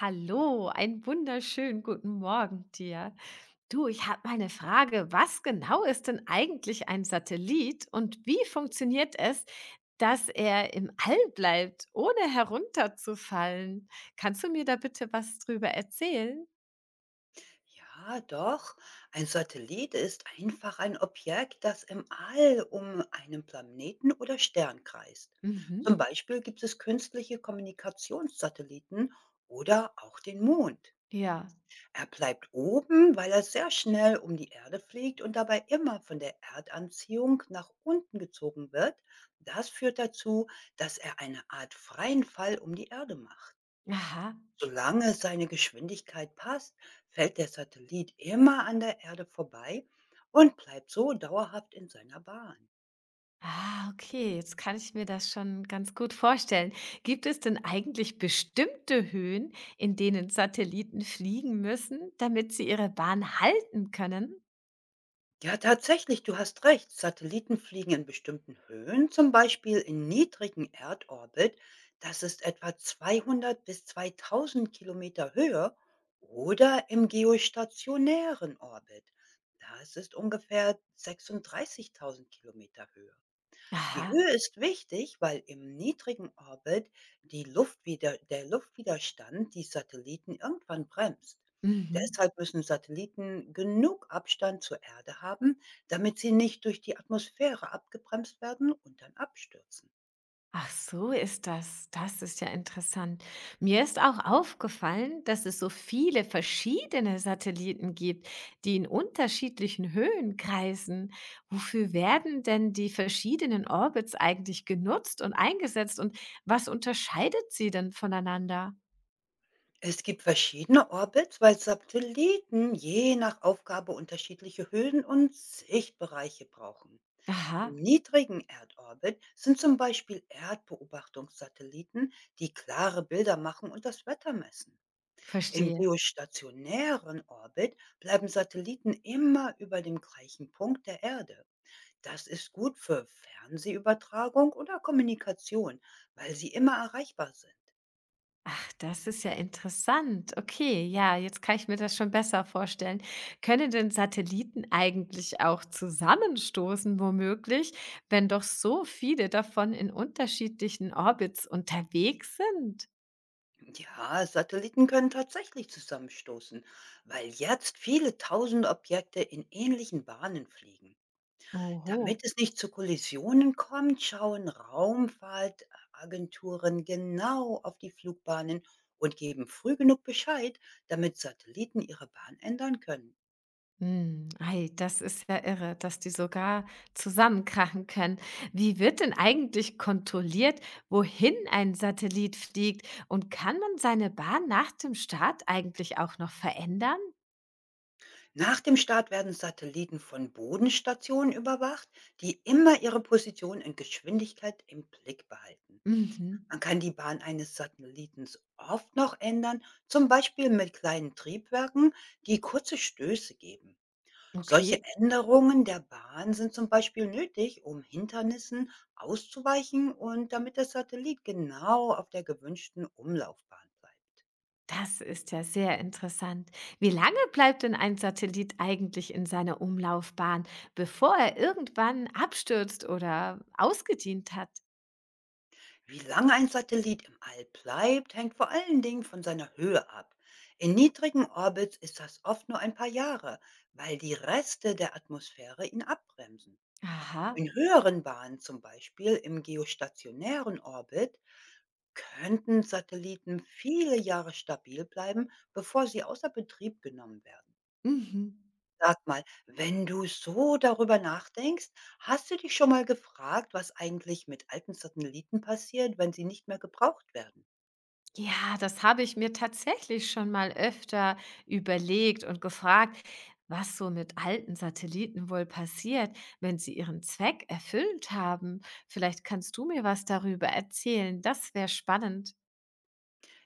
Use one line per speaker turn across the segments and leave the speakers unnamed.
Hallo, einen wunderschönen guten Morgen dir. Du, ich habe mal eine Frage. Was genau ist denn eigentlich ein Satellit und wie funktioniert es, dass er im All bleibt, ohne herunterzufallen? Kannst du mir da bitte was drüber erzählen?
Ja, doch. Ein Satellit ist einfach ein Objekt, das im All um einen Planeten oder Stern kreist.
Mhm.
Zum Beispiel gibt es künstliche Kommunikationssatelliten oder auch den Mond.
Ja.
Er bleibt oben, weil er sehr schnell um die Erde fliegt und dabei immer von der Erdanziehung nach unten gezogen wird. Das führt dazu, dass er eine Art freien Fall um die Erde macht.
Aha.
Solange seine Geschwindigkeit passt, fällt der Satellit immer an der Erde vorbei und bleibt so dauerhaft in seiner Bahn.
Ah, okay, jetzt kann ich mir das schon ganz gut vorstellen. Gibt es denn eigentlich bestimmte Höhen, in denen Satelliten fliegen müssen, damit sie ihre Bahn halten können?
Ja, tatsächlich, du hast recht. Satelliten fliegen in bestimmten Höhen, zum Beispiel in niedrigen Erdorbit. Das ist etwa 200 bis 2000 Kilometer Höhe oder im geostationären Orbit. Das ist ungefähr 36000 Kilometer Höhe. Die
Aha.
Höhe ist wichtig, weil im niedrigen Orbit die Luftwider der Luftwiderstand die Satelliten irgendwann bremst.
Mhm.
Deshalb müssen Satelliten genug Abstand zur Erde haben, damit sie nicht durch die Atmosphäre abgebremst werden und dann abstürzen.
Ach so ist das. Das ist ja interessant. Mir ist auch aufgefallen, dass es so viele verschiedene Satelliten gibt, die in unterschiedlichen Höhen kreisen. Wofür werden denn die verschiedenen Orbits eigentlich genutzt und eingesetzt und was unterscheidet sie denn voneinander?
Es gibt verschiedene Orbits, weil Satelliten je nach Aufgabe unterschiedliche Höhen und Sichtbereiche brauchen. Im
Aha,
niedrigen Erdorbit sind zum Beispiel Erdbeobachtungssatelliten, die klare Bilder machen und das Wetter messen. Im
verstehe.
geostationären Orbit bleiben Satelliten immer über dem gleichen Punkt der Erde. Das ist gut für Fernsehübertragung oder Kommunikation, weil sie immer erreichbar sind.
Ach, das ist ja interessant. Okay, ja, jetzt kann ich mir das schon besser vorstellen. Können denn Satelliten eigentlich auch zusammenstoßen, womöglich, wenn doch so viele davon in unterschiedlichen Orbits unterwegs sind?
Ja, Satelliten können tatsächlich zusammenstoßen, weil jetzt viele tausend Objekte in ähnlichen Bahnen fliegen.
Oho.
Damit es nicht zu Kollisionen kommt, schauen Raumfahrtagenturen genau auf die Flugbahnen und geben früh genug Bescheid, damit Satelliten ihre Bahn ändern können.
Hm, ei, das ist ja irre, dass die sogar zusammenkrachen können. Wie wird denn eigentlich kontrolliert, wohin ein Satellit fliegt? Und kann man seine Bahn nach dem Start eigentlich auch noch verändern?
Nach dem Start werden Satelliten von Bodenstationen überwacht, die immer ihre Position und Geschwindigkeit im Blick behalten.
Mhm.
Man kann die Bahn eines Satellitens oft noch ändern, zum Beispiel mit kleinen Triebwerken, die kurze Stöße geben. Solche
Okay,
Änderungen der Bahn sind zum Beispiel nötig, um Hindernissen auszuweichen und damit der Satellit genau auf der gewünschten Umlaufbahn bleibt.
das ist ja sehr interessant. Wie lange bleibt denn ein Satellit eigentlich in seiner Umlaufbahn, bevor er irgendwann abstürzt oder ausgedient hat?
Wie lange ein Satellit im All bleibt, hängt vor allen Dingen von seiner Höhe ab. In niedrigen Orbits ist das oft nur ein paar Jahre, weil die Reste der Atmosphäre ihn abbremsen.
Aha.
In höheren Bahnen, zum Beispiel im geostationären Orbit, könnten Satelliten viele Jahre stabil bleiben, bevor sie außer Betrieb genommen werden.
Mhm.
Sag mal, wenn du so darüber nachdenkst, hast du dich schon mal gefragt, was eigentlich mit alten Satelliten passiert, wenn sie nicht mehr gebraucht werden?
Ja, das habe ich mir tatsächlich schon mal öfter überlegt und gefragt, was so mit alten Satelliten wohl passiert, wenn sie ihren Zweck erfüllt haben. Vielleicht kannst du mir was darüber erzählen. Das wäre spannend.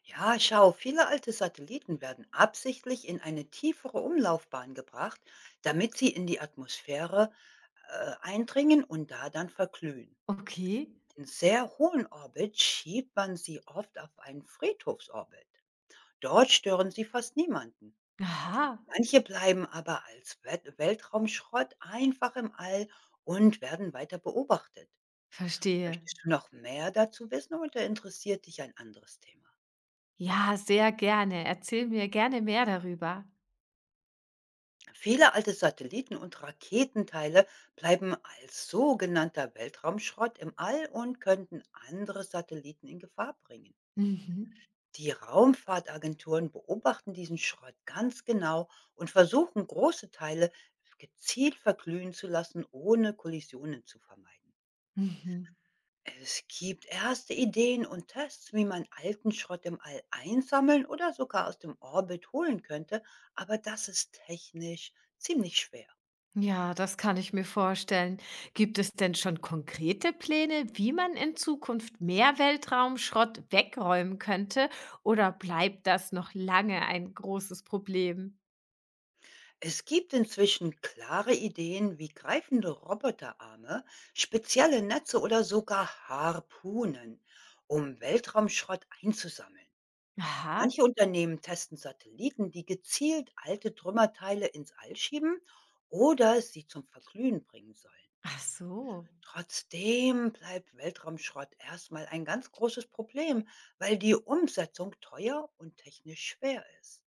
Ja, schau, viele alte Satelliten werden absichtlich in eine tiefere Umlaufbahn gebracht, damit sie in die Atmosphäre eindringen und da dann verglühen.
Okay.
In sehr hohen Orbit schiebt man sie oft auf einen Friedhofsorbit. Dort stören sie fast niemanden.
Aha,
Manche bleiben aber als Weltraumschrott einfach im All und werden weiter beobachtet.
verstehe.
Möchtest du noch mehr dazu wissen oder interessiert dich ein anderes Thema?
Ja, sehr gerne. Erzähl mir gerne mehr darüber.
Viele alte Satelliten und Raketenteile bleiben als sogenannter Weltraumschrott im All und könnten andere Satelliten in Gefahr bringen.
Mhm.
Die Raumfahrtagenturen beobachten diesen Schrott ganz genau und versuchen, große Teile gezielt verglühen zu lassen, ohne Kollisionen zu vermeiden.
Mhm.
Es gibt erste Ideen und Tests, wie man alten Schrott im All einsammeln oder sogar aus dem Orbit holen könnte, aber das ist technisch ziemlich schwer.
Ja, das kann ich mir vorstellen. Gibt es denn schon konkrete Pläne, wie man in Zukunft mehr Weltraumschrott wegräumen könnte? Oder bleibt das noch lange ein großes Problem?
Es gibt inzwischen klare Ideen wie greifende Roboterarme, spezielle Netze oder sogar Harpunen, um Weltraumschrott einzusammeln.
Aha,
Manche Unternehmen testen Satelliten, die gezielt alte Trümmerteile ins All schieben oder sie zum Verglühen bringen sollen.
ach so.
Trotzdem bleibt Weltraumschrott erstmal ein ganz großes Problem, weil die Umsetzung teuer und technisch schwer ist.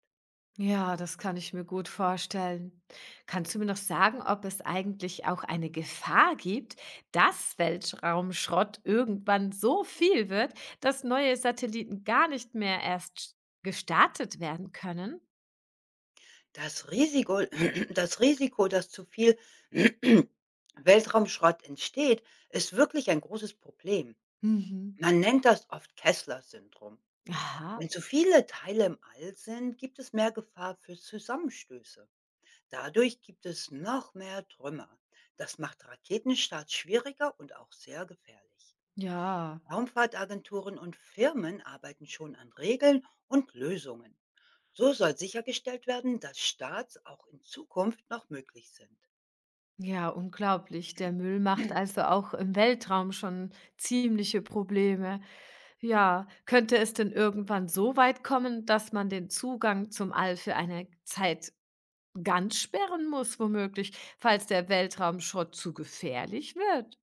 Ja, das kann ich mir gut vorstellen. Kannst du mir noch sagen, ob es eigentlich auch eine Gefahr gibt, dass Weltraumschrott irgendwann so viel wird, dass neue Satelliten gar nicht mehr erst gestartet werden können?
Das Risiko Das Risiko, dass zu viel Weltraumschrott entsteht, ist wirklich ein großes Problem.
Mhm.
Man nennt das oft Kessler-Syndrom.
Aha,
Wenn zu viele Teile im All sind, gibt es mehr Gefahr für Zusammenstöße. Dadurch gibt es noch mehr Trümmer. Das macht Raketenstarts schwieriger und auch sehr gefährlich.
ja,
Raumfahrtagenturen und Firmen arbeiten schon an Regeln und Lösungen. So soll sichergestellt werden, dass Starts auch in Zukunft noch möglich sind.
ja, unglaublich. Der Müll macht also auch im Weltraum schon ziemliche Probleme. Ja, könnte es denn irgendwann so weit kommen, dass man den Zugang zum All für eine Zeit ganz sperren muss womöglich, falls der Weltraumschrott zu gefährlich wird.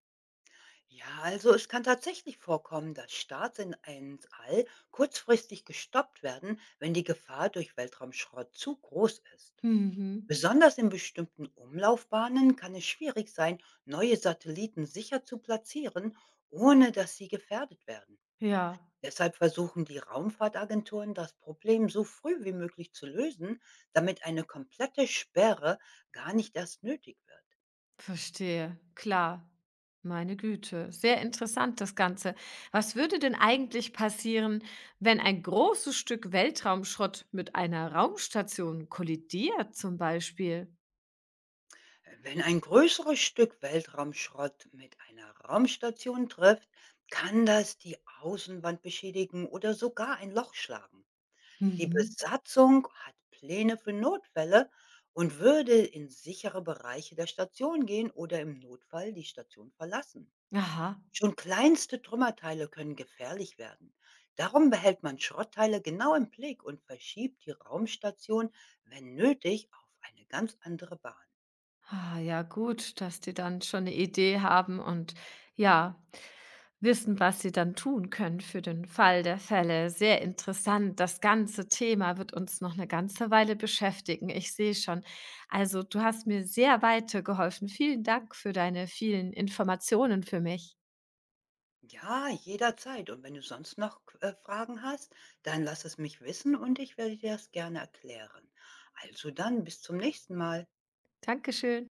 Ja, also es kann tatsächlich vorkommen, dass Starts in ins All kurzfristig gestoppt werden, wenn die Gefahr durch Weltraumschrott zu groß ist.
Mhm.
Besonders in bestimmten Umlaufbahnen kann es schwierig sein, neue Satelliten sicher zu platzieren, ohne dass sie gefährdet werden.
Ja,
Deshalb versuchen die Raumfahrtagenturen, das Problem so früh wie möglich zu lösen, damit eine komplette Sperre gar nicht erst nötig wird.
verstehe. Klar. Meine Güte, sehr interessant das Ganze. Was würde denn eigentlich passieren, wenn ein großes Stück Weltraumschrott mit einer Raumstation kollidiert zum Beispiel?
Wenn ein größeres Stück Weltraumschrott mit einer Raumstation trifft, kann das die Außenwand beschädigen oder sogar ein Loch schlagen. Die
Mhm.
Besatzung hat Pläne für Notfälle und würde in sichere Bereiche der Station gehen oder im Notfall die Station verlassen.
Aha.
Schon kleinste Trümmerteile können gefährlich werden. Darum behält man Schrottteile genau im Blick und verschiebt die Raumstation, wenn nötig, auf eine ganz andere Bahn.
Ah, ja gut, dass die dann schon eine Idee haben und ja, wissen, was sie dann tun können für den Fall der Fälle. Sehr interessant. Das ganze Thema wird uns noch eine ganze Weile beschäftigen. Ich sehe schon. Also, du hast mir sehr weitergeholfen. Vielen Dank für deine vielen Informationen für mich.
Ja, jederzeit. Und wenn du sonst noch Fragen hast, dann lass es mich wissen und ich werde dir das gerne erklären. Also dann, bis zum nächsten Mal.
Dankeschön.